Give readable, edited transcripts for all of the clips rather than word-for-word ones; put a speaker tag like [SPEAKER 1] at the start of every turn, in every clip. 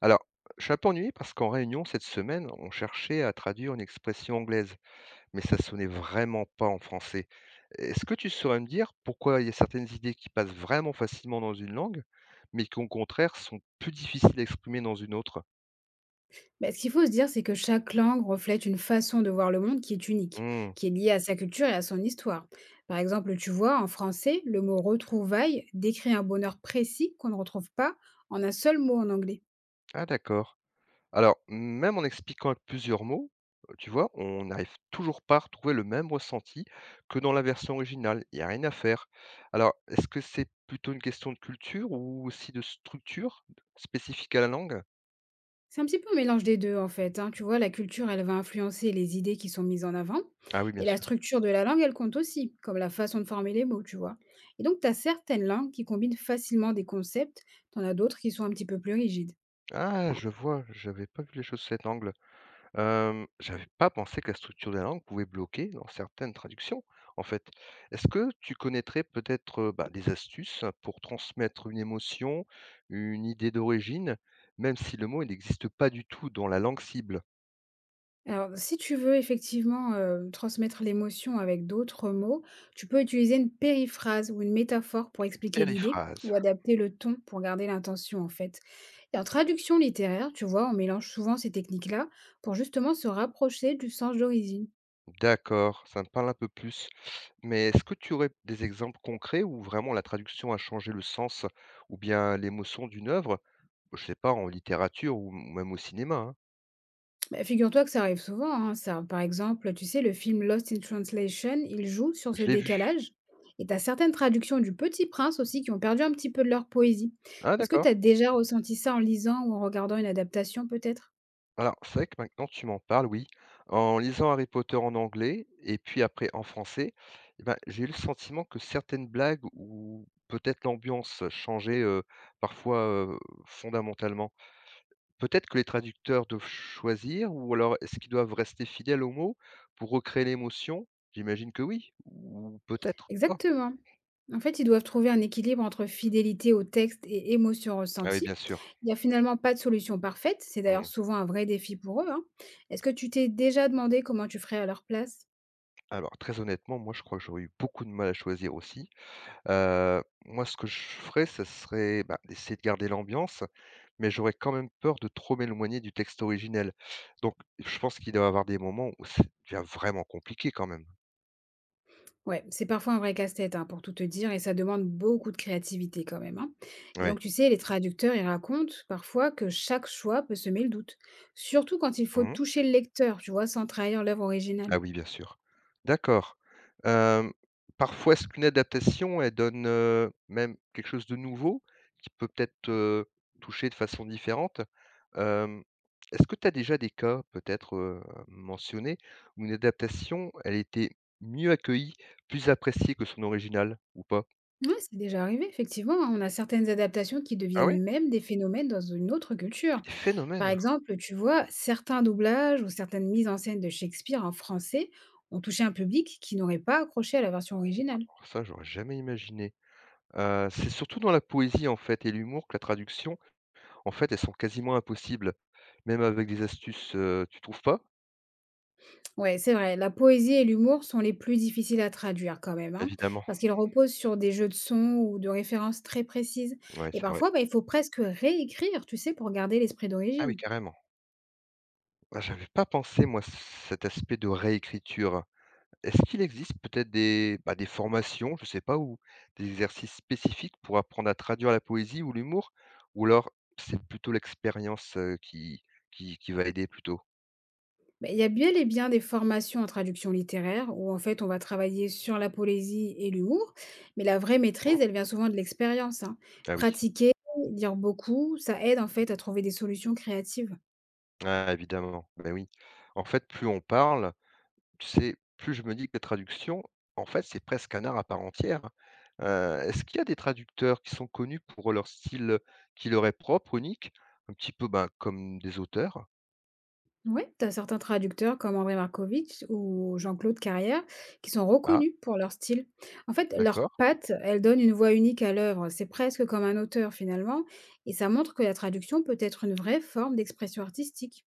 [SPEAKER 1] Alors, je suis un peu ennuyé parce qu'en réunion cette semaine, on cherchait à traduire une expression anglaise, mais ça sonnait vraiment pas en français. Est-ce que tu saurais me dire pourquoi il y a certaines idées qui passent vraiment facilement dans une langue, mais qui au contraire sont plus difficiles à exprimer dans une autre?
[SPEAKER 2] Bah, ce qu'il faut se dire, c'est que chaque langue reflète une façon de voir le monde qui est unique,
[SPEAKER 1] Hmm.
[SPEAKER 2] qui est liée à sa culture et à son histoire. Par exemple, tu vois, en français, le mot retrouvaille décrit un bonheur précis qu'on ne retrouve pas en un seul mot en anglais.
[SPEAKER 1] Ah d'accord. Alors, même en expliquant avec plusieurs mots, tu vois, on n'arrive toujours pas à retrouver le même ressenti que dans la version originale. Il y a rien à faire. Alors, est-ce que c'est plutôt une question de culture ou aussi de structure spécifique à la langue?
[SPEAKER 2] C'est un petit peu un mélange des deux, en fait, hein. Tu vois, la culture, elle va influencer les idées qui sont mises en avant,
[SPEAKER 1] Ah oui, bien
[SPEAKER 2] et la
[SPEAKER 1] sûr.
[SPEAKER 2] structure de la langue, elle compte aussi, comme la façon de former les mots, tu vois. Et donc, tu as certaines langues qui combinent facilement des concepts, t'en as d'autres qui sont un petit peu plus rigides.
[SPEAKER 1] Ah, je vois, j'avais pas vu les choses sous cet angle. J'avais pas pensé que la structure de la langue pouvait bloquer dans certaines traductions, en fait. Est-ce que tu connaîtrais peut-être, bah, des astuces pour transmettre une émotion, une idée d'origine, même si le mot, il n'existe pas du tout dans la langue cible?
[SPEAKER 2] Alors, si tu veux effectivement, transmettre l'émotion avec d'autres mots, tu peux utiliser une périphrase ou une métaphore pour expliquer l'idée
[SPEAKER 1] Périphrase.
[SPEAKER 2] ou adapter le ton pour garder l'intention, en fait. Et en traduction littéraire, tu vois, on mélange souvent ces techniques-là pour justement se rapprocher du sens d'origine.
[SPEAKER 1] D'accord, ça me parle un peu plus. Mais est-ce que tu aurais des exemples concrets où vraiment la traduction a changé le sens ou bien l'émotion d'une œuvre? Je sais pas, en littérature ou même au cinéma, hein?
[SPEAKER 2] Bah, figure-toi que ça arrive souvent, hein, ça. Par exemple, tu sais, le film Lost in Translation, il joue sur ce
[SPEAKER 1] Je l'ai vu.
[SPEAKER 2] décalage. Et t'as certaines traductions du Petit Prince aussi qui ont perdu un petit peu de leur poésie.
[SPEAKER 1] Ah
[SPEAKER 2] Est-ce que
[SPEAKER 1] d'accord.
[SPEAKER 2] t'as déjà ressenti ça en lisant ou en regardant une adaptation peut-être?
[SPEAKER 1] Alors, c'est vrai que maintenant tu m'en parles, oui. En lisant Harry Potter en anglais et puis après en français, eh ben, j'ai eu le sentiment que certaines blagues ou peut-être l'ambiance changeait parfois fondamentalement. Peut-être que les traducteurs doivent choisir ou alors est-ce qu'ils doivent rester fidèles aux mots pour recréer l'émotion? J'imagine que oui, ou peut-être pas.
[SPEAKER 2] Exactement. En fait, ils doivent trouver un équilibre entre fidélité au texte et émotion
[SPEAKER 1] Ah oui,
[SPEAKER 2] ressentie.
[SPEAKER 1] bien sûr.
[SPEAKER 2] Il n'y a finalement pas de solution parfaite. C'est d'ailleurs
[SPEAKER 1] Mm.
[SPEAKER 2] souvent un vrai défi pour eux, hein. Est-ce que tu t'es déjà demandé comment tu ferais à leur place?
[SPEAKER 1] Alors, très honnêtement, moi je crois que j'aurais eu beaucoup de mal à choisir aussi. Moi, ce que je ferais, ce serait, bah, d'essayer de garder l'ambiance, mais j'aurais quand même peur de trop m'éloigner du texte originel. Donc je pense qu'il doit y avoir des moments où c'est devient vraiment compliqué quand même.
[SPEAKER 2] Ouais, c'est parfois un vrai casse-tête, hein, pour tout te dire, et ça demande beaucoup de créativité quand même, hein. Et
[SPEAKER 1] Ouais.
[SPEAKER 2] donc, tu sais, les traducteurs, ils racontent parfois que chaque choix peut semer le doute, surtout quand il faut
[SPEAKER 1] Mmh.
[SPEAKER 2] toucher le lecteur, tu vois, sans trahir l'œuvre
[SPEAKER 1] Ah
[SPEAKER 2] originale.
[SPEAKER 1] oui, bien sûr. D'accord. Hem, Parfois, est-ce qu'une adaptation, elle donne, même quelque chose de nouveau qui peut peut-être, toucher de façon différente? Hem, Est-ce que tu as déjà des cas peut-être, à où une adaptation, elle était mieux accueillie, plus appréciée que son original ou pas?
[SPEAKER 2] Ouais, c'est déjà arrivé, effectivement, hein. On a certaines adaptations qui
[SPEAKER 1] Ah oui.
[SPEAKER 2] deviennent même des phénomènes dans une autre culture.
[SPEAKER 1] Des
[SPEAKER 2] Par
[SPEAKER 1] phénomènes?
[SPEAKER 2] exemple, tu vois, certains doublages ou certaines mises en scène de Shakespeare en français ont touché un public qui n'aurait pas accroché à la version originale.
[SPEAKER 1] Oh ça, j'aurais jamais imaginé. C'est surtout dans la poésie, en fait et l'humour que la traduction, en fait, elles sont quasiment impossibles, même avec des astuces, tu trouves pas?
[SPEAKER 2] Ouais, c'est vrai, la poésie et l'humour sont les plus difficiles à traduire quand même, hein,
[SPEAKER 1] Évidemment,
[SPEAKER 2] parce qu'ils reposent sur des jeux de sons ou de références très précises.
[SPEAKER 1] ouais,
[SPEAKER 2] Et
[SPEAKER 1] c'est vrai.
[SPEAKER 2] parfois, bah, il faut presque réécrire, tu sais, pour garder l'esprit
[SPEAKER 1] Ah oui,
[SPEAKER 2] d'origine.
[SPEAKER 1] carrément. Ah, j'avais pas pensé moi cet aspect de réécriture. Est-ce qu'il existe peut-être des, bah, des formations, je sais pas, ou des exercices spécifiques pour apprendre à traduire la poésie ou l'humour? Ou alors c'est plutôt l'expérience, qui qui va aider plutôt?
[SPEAKER 2] Bah, il y a bien des formations en traduction littéraire où en fait on va travailler sur la poésie et l'humour, mais la vraie
[SPEAKER 1] Mmh.
[SPEAKER 2] maîtrise, elle vient souvent de l'expérience, hein.
[SPEAKER 1] Ah oui.
[SPEAKER 2] Pratiquer, lire beaucoup, ça aide en fait à trouver des solutions créatives.
[SPEAKER 1] Ah évidemment, ben oui. En fait, plus on parle. Tu sais, plus je me dis que les traductions, en fait, c'est presque un art à part entière, hein. Est-ce qu'il y a des traducteurs qui sont connus pour leur style, qui leur est propre, unique, un petit peu, ben, comme des auteurs?
[SPEAKER 2] Oui, tu as certains traducteurs comme André Markovitch ou Jean-Claude Carrière qui sont
[SPEAKER 1] Ah,
[SPEAKER 2] reconnus pour leur style. En fait, leurs
[SPEAKER 1] d'accord,
[SPEAKER 2] pattes, elles donnent une voix unique à l'œuvre. C'est presque comme un auteur finalement. Et ça montre que la traduction peut être une vraie forme d'expression artistique.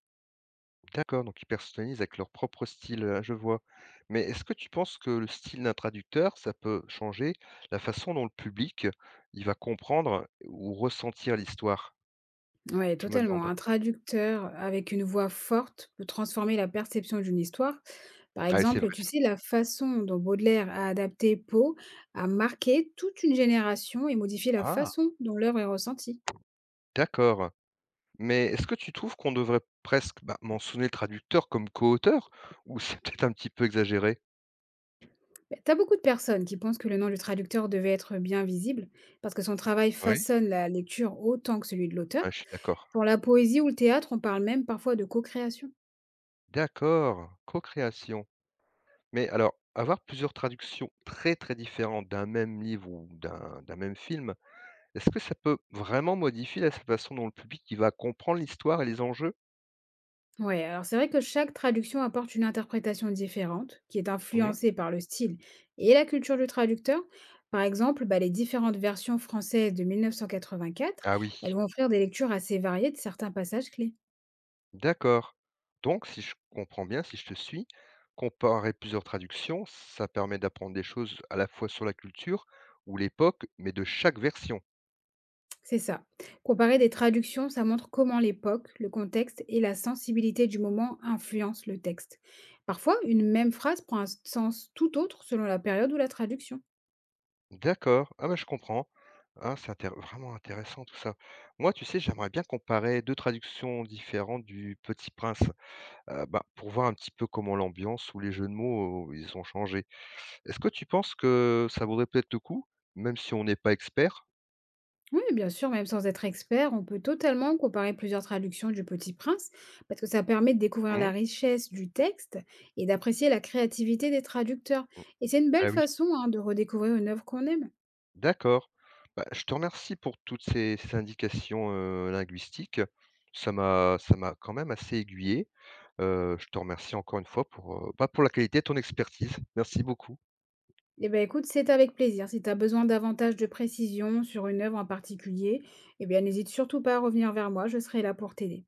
[SPEAKER 1] d'accord, donc ils personnalisent avec leur propre style, je vois. Mais est-ce que tu penses que le style d'un traducteur, ça peut changer la façon dont le public, il va comprendre ou ressentir l'histoire?
[SPEAKER 2] Oui,
[SPEAKER 1] Je me
[SPEAKER 2] totalement.
[SPEAKER 1] demande.
[SPEAKER 2] Un traducteur avec une voix forte peut transformer la perception d'une histoire. Par
[SPEAKER 1] Ah et c'est
[SPEAKER 2] exemple,
[SPEAKER 1] vrai.
[SPEAKER 2] tu sais, la façon dont Baudelaire a adapté Poe a marqué toute une génération et modifié la
[SPEAKER 1] Ah,
[SPEAKER 2] façon dont l'œuvre est ressentie.
[SPEAKER 1] d'accord. Mais est-ce que tu trouves qu'on devrait presque, bah, mentionner le traducteur comme co-auteur ou c'est peut-être un petit peu exagéré?
[SPEAKER 2] Beh, tu beaucoup de personnes qui pensent que le nom du traducteur devait être bien visible, parce que son travail
[SPEAKER 1] Oui.
[SPEAKER 2] façonne la lecture autant que celui de
[SPEAKER 1] Ouais,
[SPEAKER 2] l'auteur.
[SPEAKER 1] je suis d'accord.
[SPEAKER 2] Pour la poésie ou le théâtre, on parle même parfois de co-création.
[SPEAKER 1] D'accord, co-création. Mais alors, avoir plusieurs traductions très, très différentes d'un même livre ou d'un même film, est-ce que ça peut vraiment modifier la façon dont le public, il va comprendre l'histoire et les enjeux?
[SPEAKER 2] Ouais, alors c'est vrai que chaque traduction apporte une interprétation différente, qui est
[SPEAKER 1] Mmh.
[SPEAKER 2] influencée par le style et la culture du traducteur. Par exemple, bah, les différentes versions françaises de 1984,
[SPEAKER 1] Ah
[SPEAKER 2] elles
[SPEAKER 1] oui.
[SPEAKER 2] vont offrir des lectures assez variées de certains passages clés.
[SPEAKER 1] D'accord. Donc, si je comprends bien, si je te suis, comparer plusieurs traductions, ça permet d'apprendre des choses à la fois sur la culture ou l'époque, mais de chaque version.
[SPEAKER 2] C'est ça. Comparer des traductions, ça montre comment l'époque, le contexte et la sensibilité du moment influencent le texte. Parfois, une même phrase prend un sens tout autre selon la période ou la traduction.
[SPEAKER 1] D'accord. Ah bah, je comprends. Ah, c'est vraiment intéressant tout ça. Moi, tu sais, j'aimerais bien comparer deux traductions différentes du Petit Prince, bah, pour voir un petit peu comment l'ambiance ou les jeux de mots, ils ont changé. Est-ce que tu penses que ça vaudrait peut-être le coup, même si on n'est pas expert?
[SPEAKER 2] Oui, bien sûr, même sans être expert, on peut totalement comparer plusieurs traductions du Petit Prince parce que ça permet de découvrir
[SPEAKER 1] Hmm?
[SPEAKER 2] la richesse du texte et d'apprécier la créativité des traducteurs. Et c'est une belle
[SPEAKER 1] Ah oui.
[SPEAKER 2] façon, hein, de redécouvrir une œuvre qu'on aime.
[SPEAKER 1] D'accord. Bah, je te remercie pour toutes ces indications, linguistiques. Ça m'a quand même assez aiguillé. Je te remercie encore une fois pour, bah, pour la qualité de ton expertise. Merci beaucoup.
[SPEAKER 2] Eh ben, écoute, c'est avec plaisir. Si tu as besoin davantage de précisions sur une œuvre en particulier, eh bien, n'hésite surtout pas à revenir vers moi, je serai là pour t'aider.